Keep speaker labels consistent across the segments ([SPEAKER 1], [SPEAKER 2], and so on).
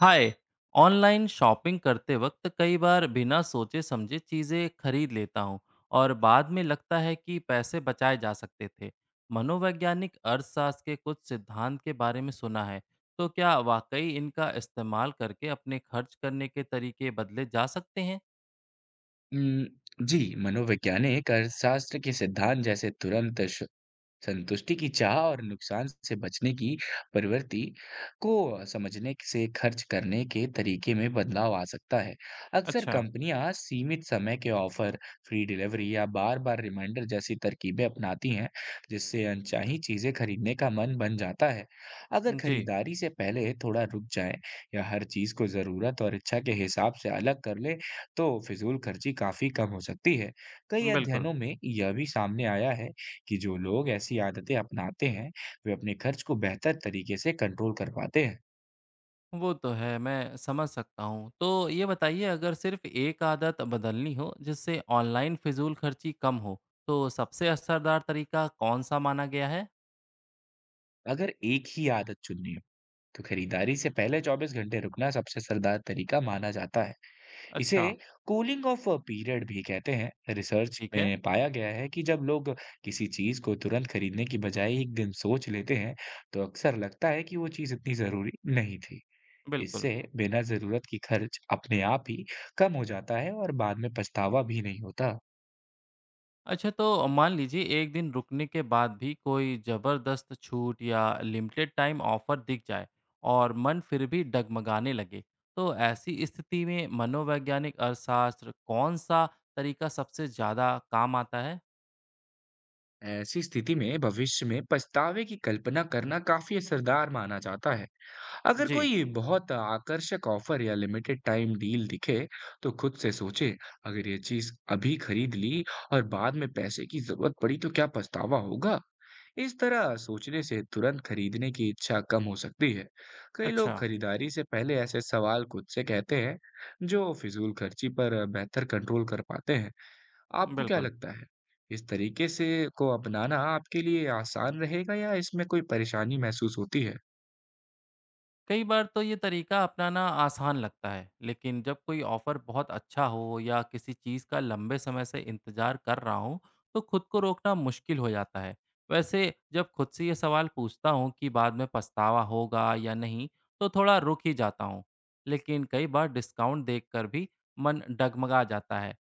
[SPEAKER 1] हाय। Online shopping करते वक्त कई बार बिना सोचे समझे चीज़ें खरीद लेता हूँ और बाद में लगता है कि पैसे बचाए जा सकते थे। मनोवैज्ञानिक अर्थशास्त्र के कुछ सिद्धांत के बारे में सुना है, तो क्या वाकई इनका इस्तेमाल करके अपने खर्च करने के तरीके बदले जा सकते हैं?
[SPEAKER 2] उम, जी, मनोवैज्ञानिक अर्थशास्त्र के सिद्धांत जैसे तुरंत श संतुष्टि की चाह और नुकसान से बचने की प्रवृत्ति को समझने से खर्च करने के तरीके में बदलाव आ सकता है। अक्सर
[SPEAKER 1] अच्छा।
[SPEAKER 2] कंपनियां सीमित समय के ऑफर, फ्री डिलीवरी या बार-बार रिमाइंडर जैसी तरकीबें अपनाती हैं, जिससे अनचाही चीजें खरीदने का मन बन जाता है। अगर
[SPEAKER 1] जी।
[SPEAKER 2] खरीदारी से पहले थोड़ा रुक जाएं या हर चीज को जरूरत और इच्छा के हिसाब से अलग कर लें, तो फिजूल खर्ची काफी कम हो सकती है। कई
[SPEAKER 1] बिल्कुल।
[SPEAKER 2] अध्ययनों में यह भी सामने आया है कि जो लोग ऐसी आदतें अपनाते हैं, वे अपने खर्च को बेहतर तरीके से कंट्रोल कर पाते हैं।
[SPEAKER 1] वो तो है, मैं समझ सकता हूँ। तो ये बताइए, अगर सिर्फ़ एक आदत बदलनी हो जिससे ऑनलाइन फ़िज़ूल खर्ची कम हो, तो सबसे असरदार तरीका कौन-सा माना गया है?
[SPEAKER 2] अगर एक ही आदत चुननी हो, तो खरीदारी से पहले 24 घंटे रुकना सबसे असरदार तरीका माना जाता है। इसे
[SPEAKER 1] अच्छा,
[SPEAKER 2] कूलिंग ऑफ पीरियड भी कहते हैं। रिसर्च
[SPEAKER 1] ठीक है,
[SPEAKER 2] में पाया गया है कि जब लोग किसी चीज़ को तुरंत खरीदने की बजाय एक दिन सोच लेते हैं, तो अक्सर लगता है कि वो चीज़ इतनी ज़रूरी नहीं थी।
[SPEAKER 1] बिल्कुल।
[SPEAKER 2] इससे बिना ज़रूरत की खर्च अपने आप ही कम हो जाता है और बाद में पछतावा भी नहीं होता।
[SPEAKER 1] अच्छा, तो मान लीजिए एक दिन रुकने के बाद भी कोई ज़बरदस्त छूट या लिमिटेड टाइम ऑफ़र दिख जाए और मन फिर भी डगमगाने लगे, तो ऐसी स्थिति में मनोवैज्ञानिक अर्थशास्त्र कौन-सा तरीका सबसे ज़्यादा काम आता है?
[SPEAKER 2] ऐसी स्थिति में भविष्य में पछतावे की कल्पना करना काफी असरदार माना जाता है। अगर
[SPEAKER 1] जी,
[SPEAKER 2] कोई बहुत आकर्षक ऑफर या लिमिटेड टाइम डील दिखे, तो खुद से सोचे, अगर ये चीज अभी खरीद ली और बाद में पैसे की जरूरत पड़ी तो क्या पछतावा होगा? इस तरह सोचने से तुरंत खरीदने की इच्छा कम हो सकती है। कई
[SPEAKER 1] अच्छा।
[SPEAKER 2] लोग खरीदारी से पहले ऐसे सवाल खुद से कहते हैं, जो फिजूल खर्ची पर बेहतर कंट्रोल कर पाते हैं। आपको क्या
[SPEAKER 1] बिल्कुल।
[SPEAKER 2] लगता है, इस तरीके से को अपनाना आपके लिए आसान रहेगा या इसमें कोई परेशानी महसूस होती है?
[SPEAKER 1] कई बार तो ये तरीका अपनाना आसान लगता है, लेकिन जब कोई ऑफ़र बहुत अच्छा हो या किसी चीज़ का लंबे समय से इंतज़ार कर रहा हूँ, तो खुद को रोकना मुश्किल हो जाता है। वैसे जब खुद से ये सवाल पूछता हूँ कि बाद में पछतावा होगा या नहीं, तो थोड़ा रुक ही जाता हूँ। लेकिन कई बार डिस्काउंट देखकर भी मन डगमगा जाता है।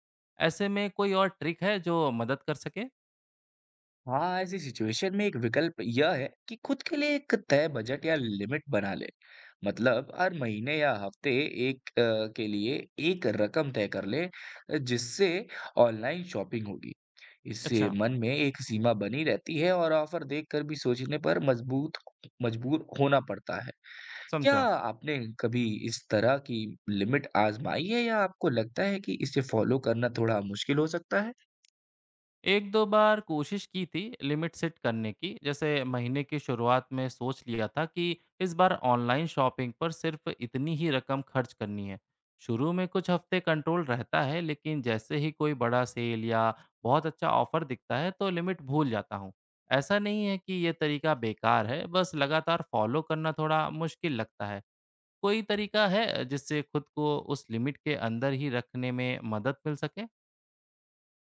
[SPEAKER 1] ऐसे में कोई और ट्रिक है जो मदद कर सके?
[SPEAKER 2] हाँ, ऐसी सिचुएशन में एक विकल्प यह है कि खुद के लिए एक तय बजट या लिमिट बना लें। मतलब हर महीने या हफ्ते एक के लिए एक रकम तय कर लें जिससे ऑनलाइन शॉपिंग होगी। इससे
[SPEAKER 1] अच्छा,
[SPEAKER 2] मन में एक सीमा बनी रहती है और ऑफर देखकर भी सोचने पर मजबूत मजबूर होना पड़ता है। क्या
[SPEAKER 1] समझा।
[SPEAKER 2] आपने कभी इस तरह की लिमिट आज़माई है या आपको लगता है कि इसे फ़ॉलो करना थोड़ा मुश्किल हो सकता है?
[SPEAKER 1] एक दो बार कोशिश की थी लिमिट सेट करने की, जैसे महीने की शुरुआत में सोच लिया था कि इस बार ऑनलाइन शॉपिंग पर सिर्फ इतनी ही रकम खर्च करनी है। शुरू में कुछ हफ्ते कंट्रोल रहता है, लेकिन जैसे ही कोई बड़ा सेल या बहुत अच्छा ऑफर दिखता है तो लिमिट भूल जाता हूँ। ऐसा नहीं है कि ये तरीका बेकार है, बस लगातार फॉलो करना थोड़ा मुश्किल लगता है। कोई तरीका है जिससे खुद को उस लिमिट के अंदर ही रखने में मदद मिल सके?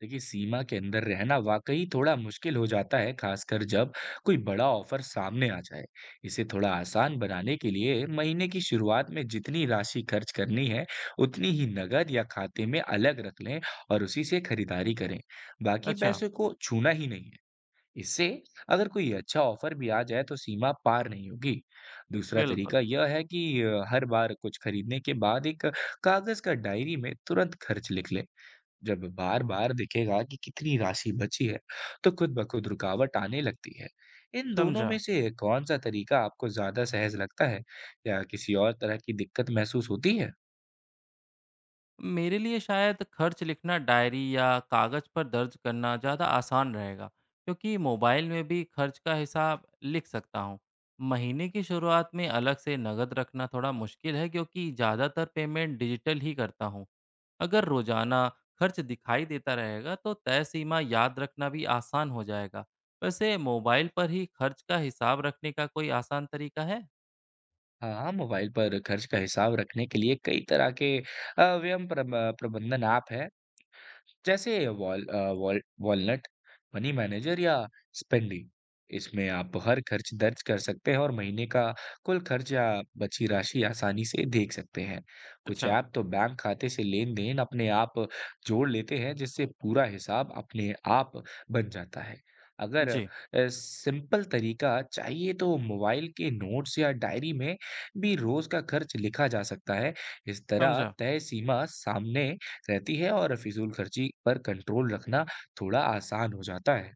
[SPEAKER 2] देखिए, सीमा के अंदर रहना वाक़ई थोड़ा मुश्किल हो जाता है, ख़ासकर जब कोई बड़ा ऑफ़र सामने आ जाए। इसे थोड़ा आसान बनाने के लिए महीने की शुरुआत में जितनी राशि खर्च करनी है, उतनी ही नकद या खाते में अलग रख लें और उसी से खरीदारी करें। बाकी
[SPEAKER 1] अच्छा।
[SPEAKER 2] पैसे को छूना ही नहीं। इससे अगर कोई अच्छा ऑफर भी आ जाए, तो सीमा पार नहीं होगी। दूसरा
[SPEAKER 1] बिल्कुल।
[SPEAKER 2] तरीका यह है कि हर बार कुछ खरीदने के बाद एक कागज का डायरी में तुरंत खर्च लिख ले। जब बार-बार दिखेगा कि कितनी राशि बची है, तो खुद ब खुद रुकावट आने लगती है। इन दोनों
[SPEAKER 1] समझा।
[SPEAKER 2] में से कौन सा तरीका आपको ज़्यादा सहज लगता है या किसी और तरह की दिक्कत महसूस होती है?
[SPEAKER 1] मेरे लिए शायद खर्च लिखना, डायरी या कागज़ पर दर्ज करना ज़्यादा आसान रहेगा, क्योंकि मोबाइल में भी खर्च का हिसाब लिख सकता हूँ। महीने की शुरुआत में अलग से नकद रखना थोड़ा मुश्किल है, क्योंकि ज़्यादातर पेमेंट डिजिटल ही करता हूँ। अगर रोज़ाना खर्च दिखाई देता रहेगा तो तय सीमा याद रखना भी आसान हो जाएगा। वैसे मोबाइल पर ही खर्च का हिसाब रखने का कोई आसान तरीका है?
[SPEAKER 2] हाँ, मोबाइल पर खर्च का हिसाब रखने के लिए कई तरह के व्यय प्रबंधन ऐप हैं। जैसे वॉलनट, मनी मैनेजर या स्पेंडी। इसमें आप हर खर्च दर्ज कर सकते हैं और महीने का कुल खर्च या बची राशि आसानी से देख सकते हैं। कुछ
[SPEAKER 1] अच्छा।
[SPEAKER 2] ऐप तो बैंक खाते से लेन-देन अपने आप जोड़ लेते हैं, जिससे पूरा हिसाब अपने आप बन जाता है। अगर
[SPEAKER 1] जी।
[SPEAKER 2] सिंपल तरीका चाहिए, तो मोबाइल के नोट्स या डायरी में भी रोज़ का खर्च लिखा जा सकता है। इस तरह
[SPEAKER 1] समझा।
[SPEAKER 2] तय सीमा सामने रहती है और फिज़ूलखर्ची पर कंट्रोल रखना थोड़ा आसान हो जाता है।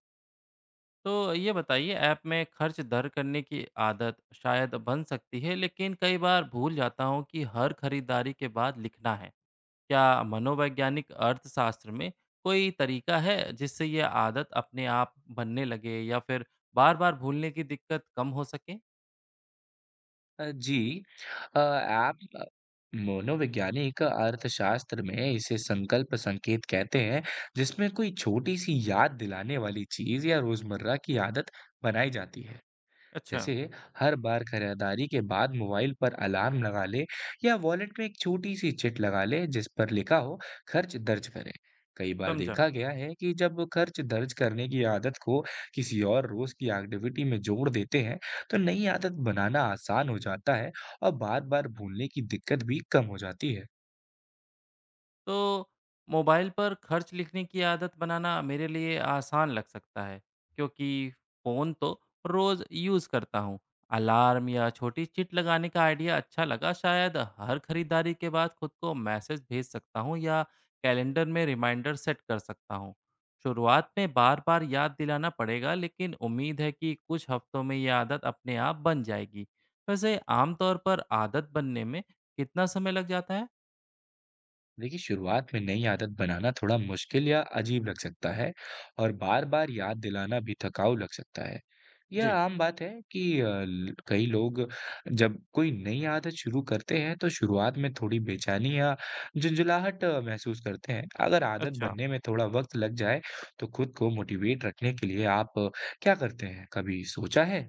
[SPEAKER 1] तो ये बताइए, ऐप में खर्च दर करने की आदत शायद बन सकती है, लेकिन कई बार भूल जाता हूँ कि हर खरीदारी के बाद लिखना है। क्या मनोवैज्ञानिक अर्थशास्त्र में कोई तरीका है जिससे यह आदत अपने आप बनने लगे या फिर बार बार भूलने की दिक्कत कम हो सके?
[SPEAKER 2] जी, आप मनोवैज्ञानिक अर्थशास्त्र में इसे संकल्प संकेत कहते हैं, जिसमें कोई छोटी-सी याद दिलाने वाली चीज़ या रोज़मर्रा की आदत बनाई जाती है।
[SPEAKER 1] अच्छा।
[SPEAKER 2] जैसे हर बार खरीदारी के बाद मोबाइल पर अलार्म लगा लें या वॉलेट में एक छोटी सी चिट लगा लें जिस पर लिखा हो, खर्च दर्ज करें। कई बार
[SPEAKER 1] समझा।
[SPEAKER 2] देखा गया है कि जब खर्च दर्ज करने की आदत को किसी और रोज की एक्टिविटी में जोड़ देते हैं, तो नई आदत बनाना आसान हो जाता है और बार बार भूलने की दिक्कत भी कम हो जाती है।
[SPEAKER 1] तो मोबाइल पर खर्च लिखने की आदत बनाना मेरे लिए आसान लग सकता है, क्योंकि फ़ोन तो रोज़ यूज़ करता हूँ। अलार्म या छोटी चिट लगाने का आइडिया अच्छा लगा। शायद हर खरीदारी के बाद खुद को मैसेज भेज सकता हूँ या कैलेंडर में रिमाइंडर सेट कर सकता हूँ। शुरुआत में बार-बार याद दिलाना पड़ेगा, लेकिन उम्मीद है कि कुछ हफ्तों में ये आदत अपने आप बन जाएगी। वैसे आमतौर पर आदत बनने में कितना समय लग जाता है?
[SPEAKER 2] देखिए, शुरुआत में नई आदत बनाना थोड़ा मुश्किल या अजीब लग सकता है और बार-बार याद दिलाना भी थकाऊ लग सकता है। यह
[SPEAKER 1] जी,
[SPEAKER 2] आम बात है कि कई लोग जब कोई नई आदत शुरू करते हैं, तो शुरुआत में थोड़ी बेचैनी या झुंझुलाहट महसूस करते हैं। अगर आदत
[SPEAKER 1] अच्छा।
[SPEAKER 2] बनने में थोड़ा वक्त लग जाए, तो खुद को मोटिवेट रखने के लिए आप क्या करते हैं? कभी सोचा है?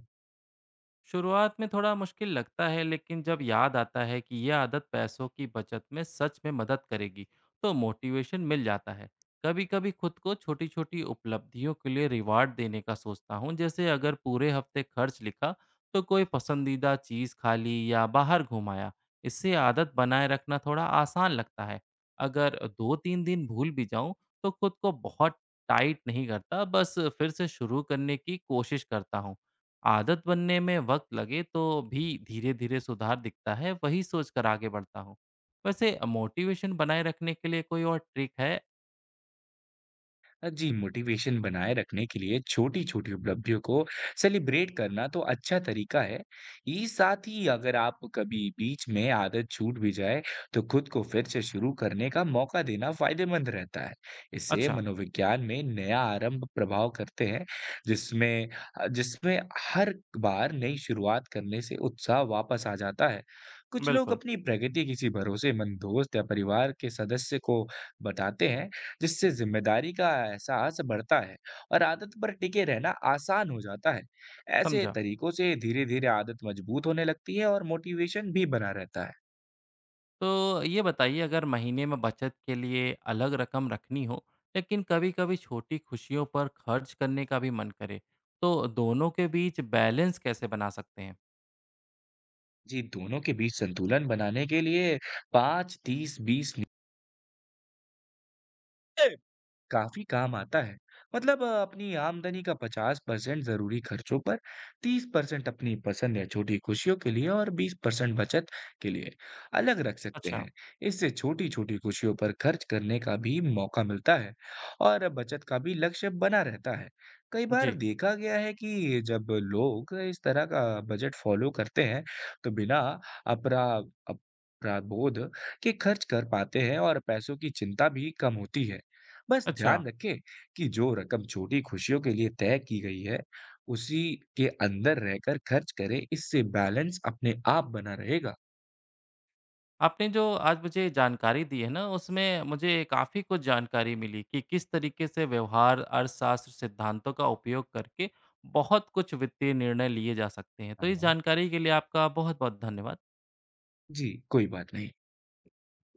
[SPEAKER 1] शुरुआत में थोड़ा मुश्किल लगता है, लेकिन जब याद आता है कि यह आदत पैसों की बचत में सच में मदद करेगी तो मोटिवेशन मिल जाता है। कभी कभी खुद को छोटी छोटी उपलब्धियों के लिए रिवार्ड देने का सोचता हूँ, जैसे अगर पूरे हफ्ते खर्च लिखा तो कोई पसंदीदा चीज़ खा ली या बाहर घुमाया। इससे आदत बनाए रखना थोड़ा आसान लगता है। अगर दो तीन दिन भूल भी जाऊं तो खुद को बहुत टाइट नहीं करता, बस फिर से शुरू करने की कोशिश करता हूँ। आदत बनने में वक्त लगे तो भी धीरे धीरे सुधार दिखता है, वही सोचकर आगे बढ़ता हूँ। वैसे मोटिवेशन बनाए रखने के लिए कोई और ट्रिक है?
[SPEAKER 2] जी, मोटिवेशन बनाए रखने के लिए छोटी-छोटी उपलब्धियों को सेलिब्रेट करना तो अच्छा तरीका है। ये साथ ही अगर आप कभी बीच में आदत छूट भी जाए, तो खुद को फिर से शुरू करने का मौका देना फ़ायदेमंद रहता है। इससे
[SPEAKER 1] अच्छा।
[SPEAKER 2] मनोविज्ञान में नया आरंभ प्रभाव करते हैं, जिसमें जिसमें हर बार नई शुरुआत करने से उत्साह वापस आ जाता है। कुछ लोग
[SPEAKER 1] बिल्कुल।
[SPEAKER 2] अपनी प्रगति किसी भरोसेमंद दोस्त या परिवार के सदस्य को बताते हैं, जिससे जिम्मेदारी का एहसास बढ़ता है और आदत पर टिके रहना आसान हो जाता है। ऐसे
[SPEAKER 1] समझा।
[SPEAKER 2] तरीकों से धीरे धीरे आदत मजबूत होने लगती है और मोटिवेशन भी बना रहता है।
[SPEAKER 1] तो ये बताइए, अगर महीने में बचत के लिए अलग रकम रखनी हो लेकिन कभी कभी छोटी खुशियों पर खर्च करने का भी मन करे, तो दोनों के बीच बैलेंस कैसे बना सकते हैं?
[SPEAKER 2] जी, दोनों के बीच संतुलन बनाने के लिए पाँच तीस बीस काफी काम आता है। मतलब अपनी आमदनी का 50% जरूरी खर्चों पर, 30% अपनी पसंद या छोटी खुशियों के लिए और 20% बचत के लिए अलग रख सकते
[SPEAKER 1] अच्छा।
[SPEAKER 2] हैं। इससे छोटी छोटी खुशियों पर खर्च करने का भी मौका मिलता है और बचत का भी लक्ष्य बना रहता है। कई बार
[SPEAKER 1] जी।
[SPEAKER 2] देखा गया है कि जब लोग इस तरह का बजट फॉलो करते हैं, तो बिना अपरा अपराध बोध के खर्च कर पाते हैं और पैसों की चिंता भी कम होती है। बस
[SPEAKER 1] अच्छा।
[SPEAKER 2] ध्यान रखें कि जो रकम छोटी खुशियों के लिए तय की गई है, उसी के अंदर रहकर खर्च करें। इससे बैलेंस अपने आप बना रहेगा।
[SPEAKER 1] आपने जो आज मुझे जानकारी दी है ना, उसमें मुझे काफ़ी कुछ जानकारी मिली कि किस तरीके से व्यवहार, अर्थशास्त्र सिद्धांतों का उपयोग करके बहुत कुछ वित्तीय निर्णय लिए जा सकते हैं। तो
[SPEAKER 2] हाँ,
[SPEAKER 1] इस
[SPEAKER 2] हाँ।
[SPEAKER 1] जानकारी के लिए आपका बहुत-बहुत धन्यवाद।
[SPEAKER 2] जी, कोई बात नहीं।